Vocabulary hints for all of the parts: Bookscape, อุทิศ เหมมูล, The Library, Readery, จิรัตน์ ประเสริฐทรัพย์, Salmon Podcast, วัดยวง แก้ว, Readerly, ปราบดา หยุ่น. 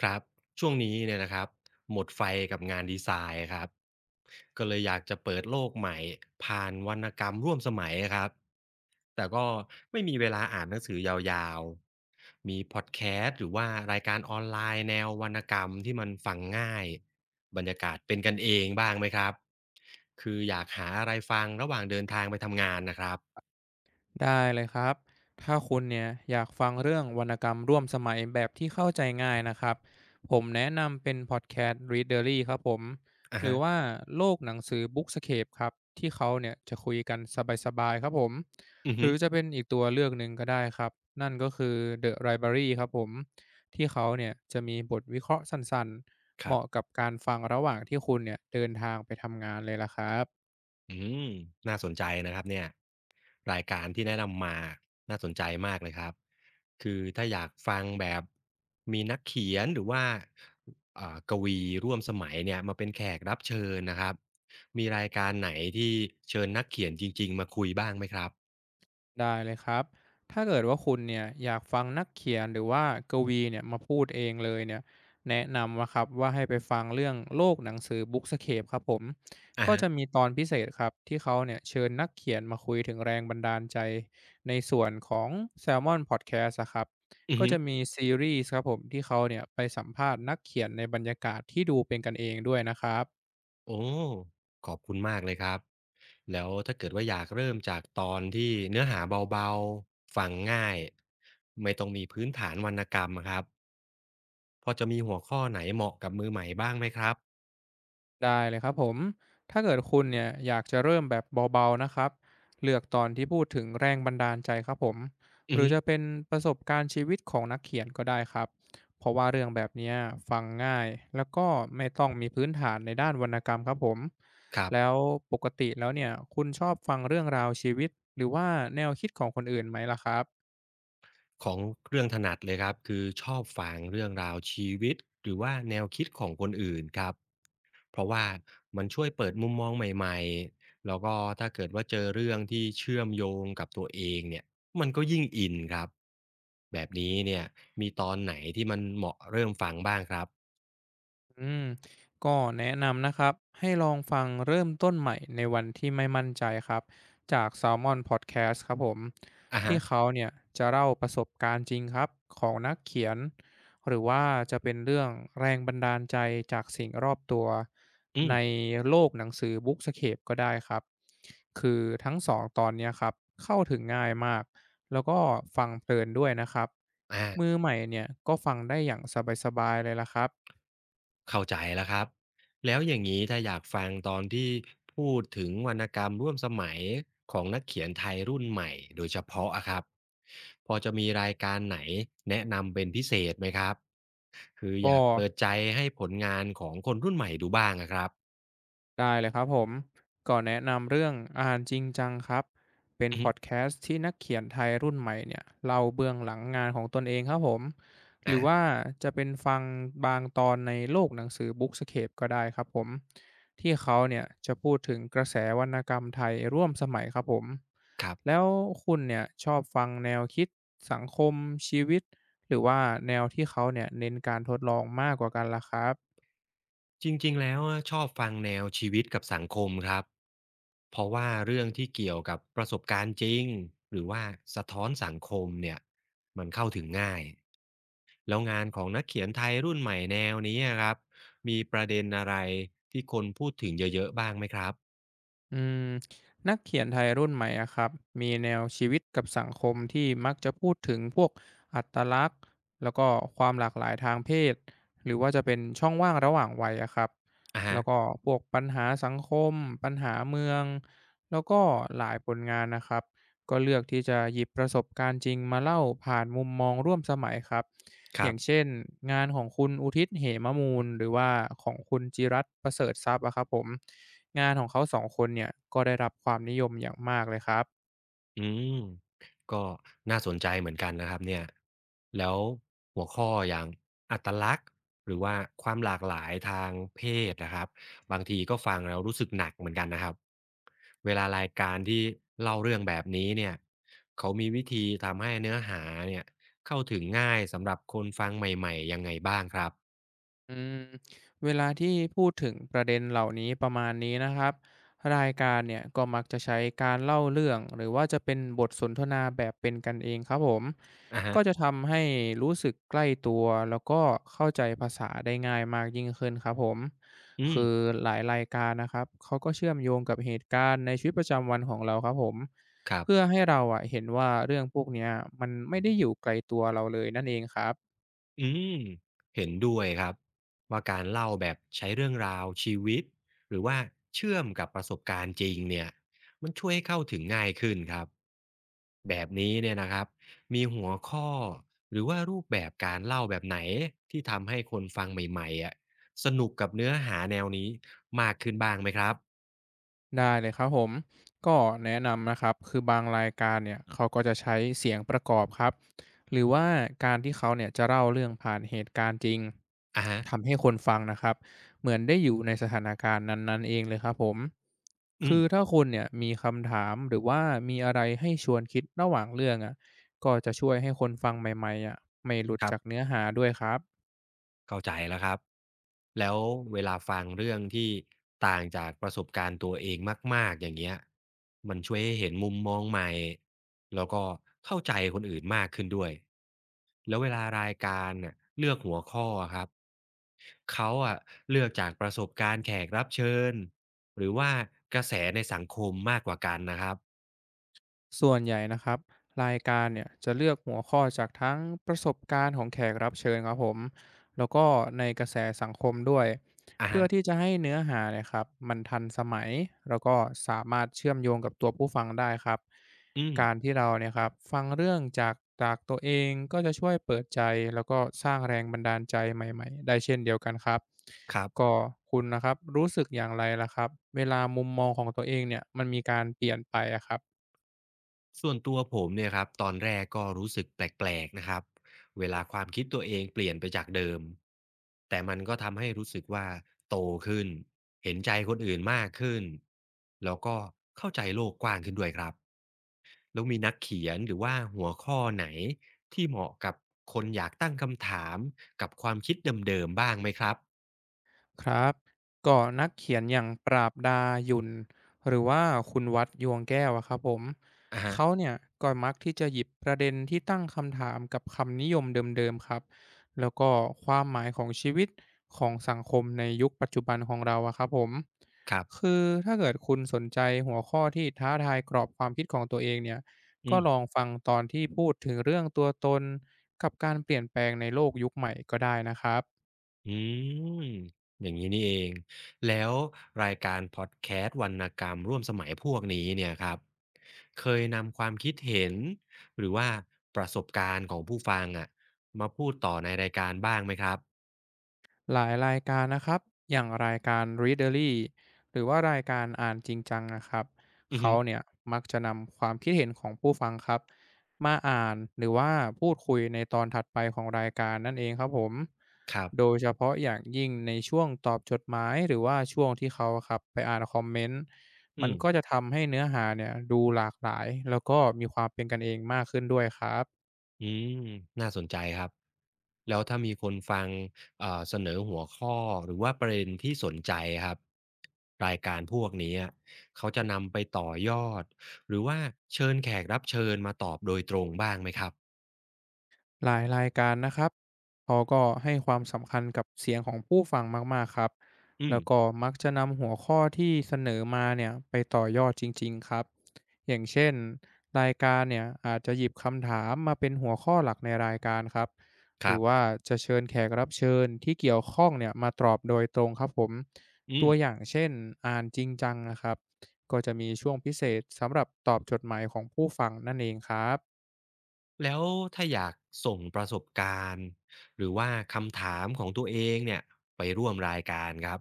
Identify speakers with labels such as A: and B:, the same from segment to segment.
A: ครับช่วงนี้เนี่ยนะครับหมดไฟกับงานดีไซน์ครับก็เลยอยากจะเปิดโลกใหม่ผ่านวรรณกรรมร่วมสมัยครับแต่ก็ไม่มีเวลาอ่านหนังสือยาวๆมีพอดแคสต์หรือว่ารายการออนไลน์แนววรรณกรรมที่มันฟังง่ายบรรยากาศเป็นกันเองบ้างไหมครับคืออยากหาอะไรฟังระหว่างเดินทางไปทำงานนะครับ
B: ได้เลยครับ ถ้าคุณเนี่ยอยากฟังเรื่องวรรณกรรมร่วมสมัยแบบที่เข้าใจง่ายนะครับ ผมแนะนำเป็นพอดแคสต์ Readery ครับผม
A: อ่า
B: หรื
A: ฮะ
B: อว่าโลกหนังสือ Bookscape ครับที่เขาเนี่ยจะคุยกันสบายๆครับผม
A: อือ
B: ห
A: ฮึ
B: รือจะเป็นอีกตัวเลือกหนึ่งก็ได้ครับ นั่นก็คือ The Library ครับผมที่เขาเนี่ยจะมีบทวิเคราะห์สั้นๆ
A: ค
B: เห
A: รั
B: มาะ
A: บ
B: กับการฟังระหว่างที่คุณเนี่ยเดินทางไปทำงานเลยล่ะครับ
A: อืมน่าสนใจนะครับเนี่ยรายการที่แนะนำมาน่าสนใจมากเลยครับคือถ้าอยากฟังแบบมีนักเขียนหรือว่ากวีร่วมสมัยเนี่ยมาเป็นแขกรับเชิญนะครับมีรายการไหนที่เชิญนักเขียนจริงๆมาคุยบ้างไหมครับ
B: ได้เลยครับ ถ้าเกิดว่าคุณเนี่ยอยากฟังนักเขียนหรือว่ากวีเนี่ยมาพูดเองเลยเนี่ยแนะนำว่าครับว่าให้ไปฟังเรื่องโลกหนังสือ Bookscape คปครับผม
A: อ่ะ
B: ก็
A: ฮะ
B: จะมีตอนพิเศษครับที่เขาเนี่ยเชิญนักเขียนมาคุยถึงแรงบันดาลใจในส่วนของ Salmon Podcast อนพอดแคสต์อะครับ
A: อือ
B: ก็
A: ฮึ
B: จะมีซีรีส์ครับผมที่เขาเนี่ยไปสัมภาษณ์นักเขียนในบรรยากาศที่ดูเป็นกันเองด้วยนะครับ
A: โอ้ขอบคุณมากเลยครับแล้วถ้าเกิดว่าอยากเริ่มจากตอนที่เนื้อหาเบาๆฟังง่ายไม่ต้องมีพื้นฐานวรรณกรรมอะครับ พอจะมีหัวข้อไหนเหมาะกับมือใหม่บ้างไหมครับ
B: ได้เลยครับผมถ้าเกิดคุณเนี่ยอยากจะเริ่มแบบเบาๆนะครับเลือกตอนที่พูดถึงแรงบันดาลใจครับผม
A: อื
B: ห
A: อ
B: รือ
A: ฮึ
B: จะเป็นประสบการณ์ชีวิตของนักเขียนก็ได้ครับเพราะว่าเรื่องแบบเนี้ยฟังง่ายแล้วก็ไม่ต้องมีพื้นฐานในด้านวรรณกรรมครับผม
A: ครับ
B: แล้วปกติแล้วเนี่ยคุณชอบฟังเรื่องราวชีวิตหรือว่าแนวคิดของคนอื่นไหมล่ะครับ
A: ของเรื่องถนัดเลยครับคือชอบฟังเรื่องราวชีวิตหรือว่าแนวคิดของคนอื่นครับเพราะว่ามันช่วยเปิดมุมมองใหม่ๆแล้วก็ถ้าเกิดว่าเจอเรื่องที่เชื่อมโยงกับตัวเองเนี่ยมันก็ยิ่งอินครับแบบนี้เนี่ยมีตอนไหนที่มันเหมาะเริ่มฟังบ้างครับ
B: อืมก็แนะนำนะครับให้ลองฟังเริ่มต้นใหม่ในวันที่ไม่มั่นใจครับจาก Salmon Podcast ครับผม
A: อะ
B: ที่
A: ฮะ
B: เขาเนี่ยจะเล่าประสบการณ์จริงครับของนักเขียนหรือว่าจะเป็นเรื่องแรงบันดาลใจจากสิ่งรอบตัว
A: อื
B: ใน
A: ม
B: โลกหนังสือ Bookscape ก็ได้ครับคือทั้งสองตอนเนี้ยครับเข้าถึงง่ายมากแล้วก็ฟังเพลินด้วยนะครับ
A: อา
B: มือใหม่เนี่ยก็ฟังได้อย่างสบายๆเลยละครับ
A: เข้าใจแล้วครับแล้วอย่างนี้ถ้าอยากฟังตอนที่พูดถึงวรรณกรรมร่วมสมัยของนักเขียนไทยรุ่นใหม่โดยเฉพาะอะครับพอจะมีรายการไหนแนะนำเป็นพิเศษไหมครับคืออ
B: ก็
A: ยากเปิดใจให้ผลงานของคนรุ่นใหม่ดูบ้างอะครับ
B: ได้เลยครับผมก็แนะนำเรื่องอ่านจริงจังครับเป็น
A: อือ
B: พอด
A: ฮึ
B: แคสต์ที่นักเขียนไทยรุ่นใหม่เนี่ยเล่าเบื้องหลังงานของตนเองครับผมหรื
A: อะ
B: อว่าจะเป็นฟังบางตอนในโลกหนังสือบุ๊กสเคปก็ได้ครับผมที่เขาเนี่ยจะพูดถึงกระแสวรรณกรรมไทยร่วมสมัยครับผม
A: ครั
B: แล้
A: บ
B: วคุณเนี่ยชอบฟังแนวคิดสังคมชีวิตหรือว่าแนวที่เขาเนี่ยเน้นการทดลองมากกว่ากันล่ะครับ
A: จริงๆแล้วอะชอบฟังแนวชีวิตกับสังคมครับเพราะว่าเรื่องที่เกี่ยวกับประสบการณ์จริงหรือว่าสะท้อนสังคมเนี่ยมันเข้าถึงง่าย แล้วงานของนักเขียนไทยรุ่นใหม่แนวนี้อะครับมีประเด็นอะไรที่คนพูดถึงเยอะๆบ้างไหมครับ
B: อืมนักเขียนไทยรุ่นใหม่อะครับมีแนวชีวิตกับสังคมที่มักจะพูดถึงพวกอัตลักษณ์แล้วก็ความหลากหลายทางเพศหรือว่าจะเป็นช่องว่างระหว่างวัยอะครับ
A: อะ
B: แล้ว
A: ฮะ
B: ก็พวกปัญหาสังคมปัญหาเมืองแล้วก็หลายผลงานนะครับก็เลือกที่จะหยิบประสบการณ์จริงมาเล่าผ่านมุมมองร่วมสมัยครับ
A: ค
B: อ
A: รั
B: ย่าง
A: บ
B: เช่นงานของคุณอุทิศเหมมูลหรือว่าของคุณจิรัตน์ประเสริฐทรัพย์อะครับผมงานของเขา2คนเนี่ยก็ได้รับความนิยมอย่างมากเลยครับ
A: อืมก็น่าสนใจเหมือนกันนะครับเนี่ยแล้วหัวข้ออย่างอัตลักษณ์หรือว่าความหลากหลายทางเพศนะครับบางทีก็ฟังแล้วรู้สึกหนักเหมือนกันนะครับเวลารายการที่เล่าเรื่องแบบนี้เนี่ยเขามีวิธีทำให้เนื้อหาเนี่ยเข้าถึงง่ายสำหรับคนฟังใหม่ๆยังไงบ้างครับ
B: อืมเวลาที่พูดถึงประเด็นเหล่านี้ประมาณนี้นะครับรายการเนี่ยก็มักจะใช้การเล่าเรื่องหรือว่าจะเป็นบทสนทนาแบบเป็นกันเองครับผม
A: อะ
B: ก็จะ
A: ฮะ
B: ทำให้รู้สึกใกล้ตัวแล้วก็เข้าใจภาษาได้ง่ายมากยิ่งขึ้นครับผม
A: อื
B: คื
A: ม
B: อหลายรายการนะครับเขาก็เชื่อมโยงกับเหตุการณ์ในชีวิตประจำวันของเราครับผม
A: ครับ
B: เพื่อให้เราอะเห็นว่าเรื่องพวกเนี้ยมันไม่ได้อยู่ไกลตัวเราเลยนั่นเองครับ
A: อืมเห็นด้วยครับว่าการเล่าแบบใช้เรื่องราวชีวิตหรือว่าเชื่อมกับประสบการณ์จริงเนี่ยมันช่วยให้เข้าถึงง่ายขึ้นครับแบบนี้เนี่ยนะครับมีหัวข้อหรือว่ารูปแบบการเล่าแบบไหนที่ทำให้คนฟังใหม่ๆอะสนุกกับเนื้อหาแนวนี้มากขึ้นบ้างไหมครับ
B: ได้เลยครับผมก็แนะนำนะครับคือบางรายการเนี่ยเขาก็จะใช้เสียงประกอบครับหรือว่าการที่เขาเนี่ยจะเล่าเรื่องผ่านเหตุการณ์จริง
A: อะฮะ
B: ทำให้คนฟังนะครับเหมือนได้อยู่ในสถานการณ์นั้นๆเองเลยครับผม
A: อื
B: คือ
A: ม
B: ถ้าคุณเนี่ยมีคำถามหรือว่ามีอะไรให้ชวนคิดระหว่างเรื่องอ่ะก็จะช่วยให้คนฟังใหม่ๆอ่ะไม่หลุด
A: ครั
B: จาก
A: บ
B: เนื้อหาด้วยครับ
A: เข้าใจแล้วครับ แล้วเวลาฟังเรื่องที่ต่างจากประสบการณ์ตัวเองมากๆอย่างเงี้ยมันช่วยให้เห็นมุมมองใหม่แล้วก็เข้าใจคนอื่นมากขึ้นด้วยแล้วเวลารายการน่ะเลือกหัวข้ออะครับเขาอะเลือกจากประสบการณ์แขกรับเชิญ หรือว่ากระแสในสังคมมากกว่ากันนะครับ
B: ส่วนใหญ่นะครับรายการเนี่ยจะเลือกหัวข้อจากทั้งประสบการณ์ของแขกรับเชิญครับผมแล้วก็ในกระแสสังคมด้วย
A: อะ
B: เพื่
A: ฮะ
B: อที่จะให้เนื้อหาเนยครับมันทันสมัยแล้วก็สามารถเชื่อมโยงกับตัวผู้ฟังได้ครับ
A: อืม
B: การที่เราเนี่ยครับฟังเรื่องจากตัวเองก็จะช่วยเปิดใจแล้วก็สร้างแรงบันดาลใจใหม่ๆได้เช่นเดียวกันครับ
A: ครั
B: ก็
A: บ
B: คุณนะครับรู้สึกอย่างไรล่ะครับเวลามุมมองของตัวเองเนี่ยมันมีการเปลี่ยนไปอะครับ
A: ส่วนตัวผมเนี่ยครับตอนแรกก็รู้สึกแปลกๆนะครับเวลาความคิดตัวเองเปลี่ยนไปจากเดิมแต่มันก็ทำให้รู้สึกว่าโตขึ้นเห็นใจคนอื่นมากขึ้นแล้วก็เข้าใจโลกกว้างขึ้นด้วยครับแล้วมีนักเขียนหรือว่าหัวข้อไหนที่เหมาะกับคนอยากตั้งคำถามกับความคิดเดิมๆบ้างไหมครับ
B: ครับก็นักเขียนอย่างปราบดาหยุ่นหรือว่าคุณวัดยวงแก้วอะครับผม
A: อะฮะ
B: เขาเนี่ยก็มักที่จะหยิบประเด็นที่ตั้งคำถามกับคำนิยมเดิมๆครับแล้วก็ความหมายของชีวิตของสังคมในยุคปัจจุบันของเราอะครับผม
A: ครับ
B: คือถ้าเกิดคุณสนใจหัวข้อที่ท้าทายกรอบความคิดของตัวเองเนี่ย
A: อื
B: ก็ลอง
A: ม
B: ฟังตอนที่พูดถึงเรื่องตัวตนกับการเปลี่ยนแปลงในโลกยุคใหม่ก็ได้นะครับ
A: อืมอย่างนี้นี่เองแล้วรายการพอดแคสต์วรรณกรรมร่วมสมัยพวกนี้เนี่ยครับเคยนำความคิดเห็นหรือว่าประสบการณ์ของผู้ฟังอะมาพูดต่อในรายการบ้างไหมครับ
B: หลายรายการนะครับอย่างรายการ Readerly หรือว่ารายการอ่านจริงจังนะครับ
A: อือฮึ
B: เขาเนี่ยมักจะนำความคิดเห็นของผู้ฟังครับมาอ่านหรือว่าพูดคุยในตอนถัดไปของรายการนั่นเองครับผม
A: ครั
B: โด
A: บ
B: ยเฉพาะอย่างยิ่งในช่วงตอบจดหมายหรือว่าช่วงที่เขาครับไปอ่านคอมเมนต์มั
A: อื
B: น
A: ม
B: ก็จะทำให้เนื้อหาเนี่ยดูหลากหลายแล้วก็มีความเป็นกันเองมากขึ้นด้วยครับ
A: อืมน่าสนใจครับแล้วถ้ามีคนฟังเสนอหัวข้อหรือว่าประเด็นที่สนใจครับรายการพวกนี้อะเขาจะนำไปต่อยอดหรือว่าเชิญแขกรับเชิญมาตอบโดยตรงบ้างไหมครับ
B: หลายรายการนะครับเขาก็ให้ความสำคัญกับเสียงของผู้ฟังมากๆครับ
A: อืม
B: แล้วก็มักจะนำหัวข้อที่เสนอมาเนี่ยไปต่อยอดจริงๆครับอย่างเช่นรายการเนี่ยอาจจะหยิบคำถามมาเป็นหัวข้อหลักในรายการครับ
A: ค
B: หรื
A: รั
B: อว่า
A: บ
B: จะเชิญแขกรับเชิญที่เกี่ยวข้องเนี่ยมาตอบโดยตรงครับผม
A: อื
B: ตัว
A: ม
B: อย่างเช่นอ่านจริงจังนะครับก็จะมีช่วงพิเศษสำหรับตอบจดหมายของผู้ฟังนั่นเองครับ
A: แล้วถ้าอยากส่งประสบการณ์หรือว่าคำถามของตัวเองเนี่ยไปร่วมรายการครับ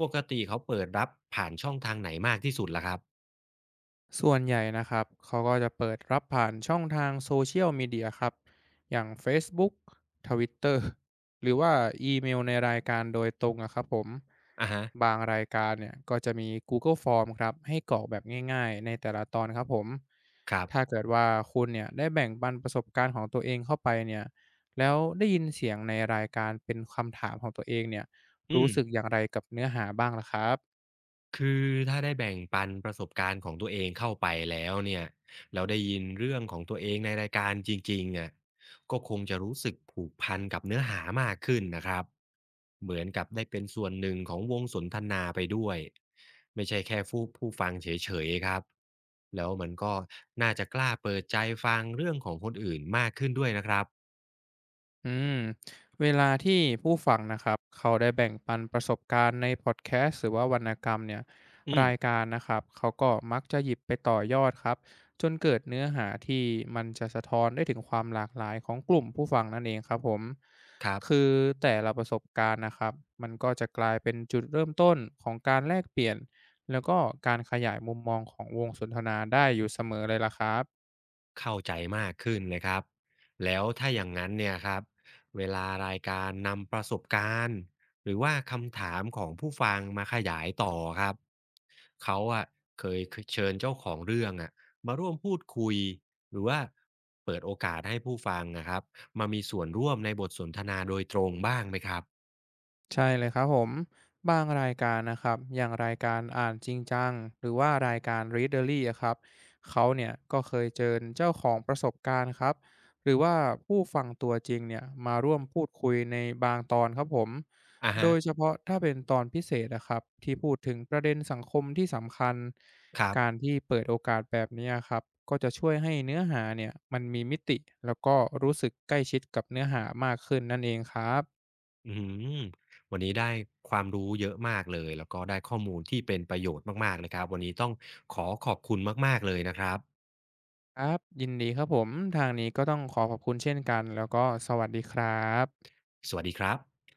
A: ปกติเขาเปิดรับผ่านช่องทางไหนมากที่สุดล่ะครับ
B: ส่วนใหญ่นะครับเขาก็จะเปิดรับผ่านช่องทางโซเชียลมีเดียครับอย่าง Facebook Twitter หรือว่าอีเมลในรายการโดยตรงอะครับผม
A: อะฮะ
B: บางรายการเนี่ยก็จะมี Google Form ครับให้กรอกแบบง่ายๆในแต่ละตอนครับผม
A: ครั
B: ถ้า
A: บ
B: เกิดว่าคุณเนี่ยได้แบ่งปันประสบการณ์ของตัวเองเข้าไปเนี่ยแล้วได้ยินเสียงในรายการเป็นคำถามของตัวเองเนี่ย
A: อื
B: รู้
A: ม
B: สึกอย่างไรกับเนื้อหาบ้างล่ะครับ
A: คือถ้าได้แบ่งปันประสบการณ์ของตัวเองเข้าไปแล้วเนี่ยแล้วได้ยินเรื่องของตัวเองในรายการจริงๆอะก็คงจะรู้สึกผูกพันกับเนื้อหามากขึ้นนะครับเหมือนกับได้เป็นส่วนหนึ่งของวงสนทนาไปด้วยไม่ใช่แค่ผู้ฟังเฉยๆครับแล้วมันก็น่าจะกล้าเปิดใจฟังเรื่องของคนอื่นมากขึ้นด้วยนะครับ
B: อืมเวลาที่ผู้ฟังนะครับเขาได้แบ่งปันประสบการณ์ในพอดแคสต์หรือว่าวรรณกรรมเนี่ย
A: อื
B: ราย
A: ม
B: การนะครับเขาก็มักจะหยิบไปต่อยอดครับจนเกิดเนื้อหาที่มันจะสะท้อนได้ถึงความหลากหลายของกลุ่มผู้ฟังนั่นเองครับผม
A: ครั
B: คื
A: บ
B: อแต่ละประสบการณ์นะครับมันก็จะกลายเป็นจุดเริ่มต้นของการแลกเปลี่ยนแล้วก็การขยายมุมมองของวงสนทนาได้อยู่เสมอเลยล่ะครับ
A: เข้าใจมากขึ้นเลยครับแล้วถ้าอย่างนั้นเนี่ยครับเวลารายการนำประสบการณ์หรือว่าคำถามของผู้ฟังมาขยายต่อครับเขาอะเคยเชิญเจ้าของเรื่องอะมาร่วมพูดคุยหรือว่าเปิดโอกาสให้ผู้ฟังนะครับมามีส่วนร่วมในบทสนทนาโดยตรงบ้างไหมครับ
B: ใช่เลยครับผมบางรายการนะครับอย่างรายการอ่านจริงจังหรือว่ารายการ Readerly อะครับเขาเนี่ยก็เคยเจอเจ้าของประสบการณ์ครับหรือว่าผู้ฟังตัวจริงเนี่ยมาร่วมพูดคุยในบางตอนครับผม
A: อะ
B: โดยเฉ
A: ฮะ
B: พาะถ้าเป็นตอนพิเศษนะครับที่พูดถึงประเด็นสังคมที่สำคัญ
A: ครั
B: การ
A: บ
B: ที่เปิดโอกาสแบบนี้ครับก็จะช่วยให้เนื้อหาเนี่ยมันมีมิติแล้วก็รู้สึกใกล้ชิดกับเนื้อหามากขึ้นนั่นเองครับ
A: อืมวันนี้ได้ความรู้เยอะมากเลยแล้วก็ได้ข้อมูลที่เป็นประโยชน์มากๆเลยครับวันนี้ต้องขอขอบคุณมากๆเลยนะครับ
B: ครับยินดีครับผมทางนี้ก็ต้องขอขอบคุณเช่นกันแล้วก็สวัสดีครับ
A: สวัสดีครับ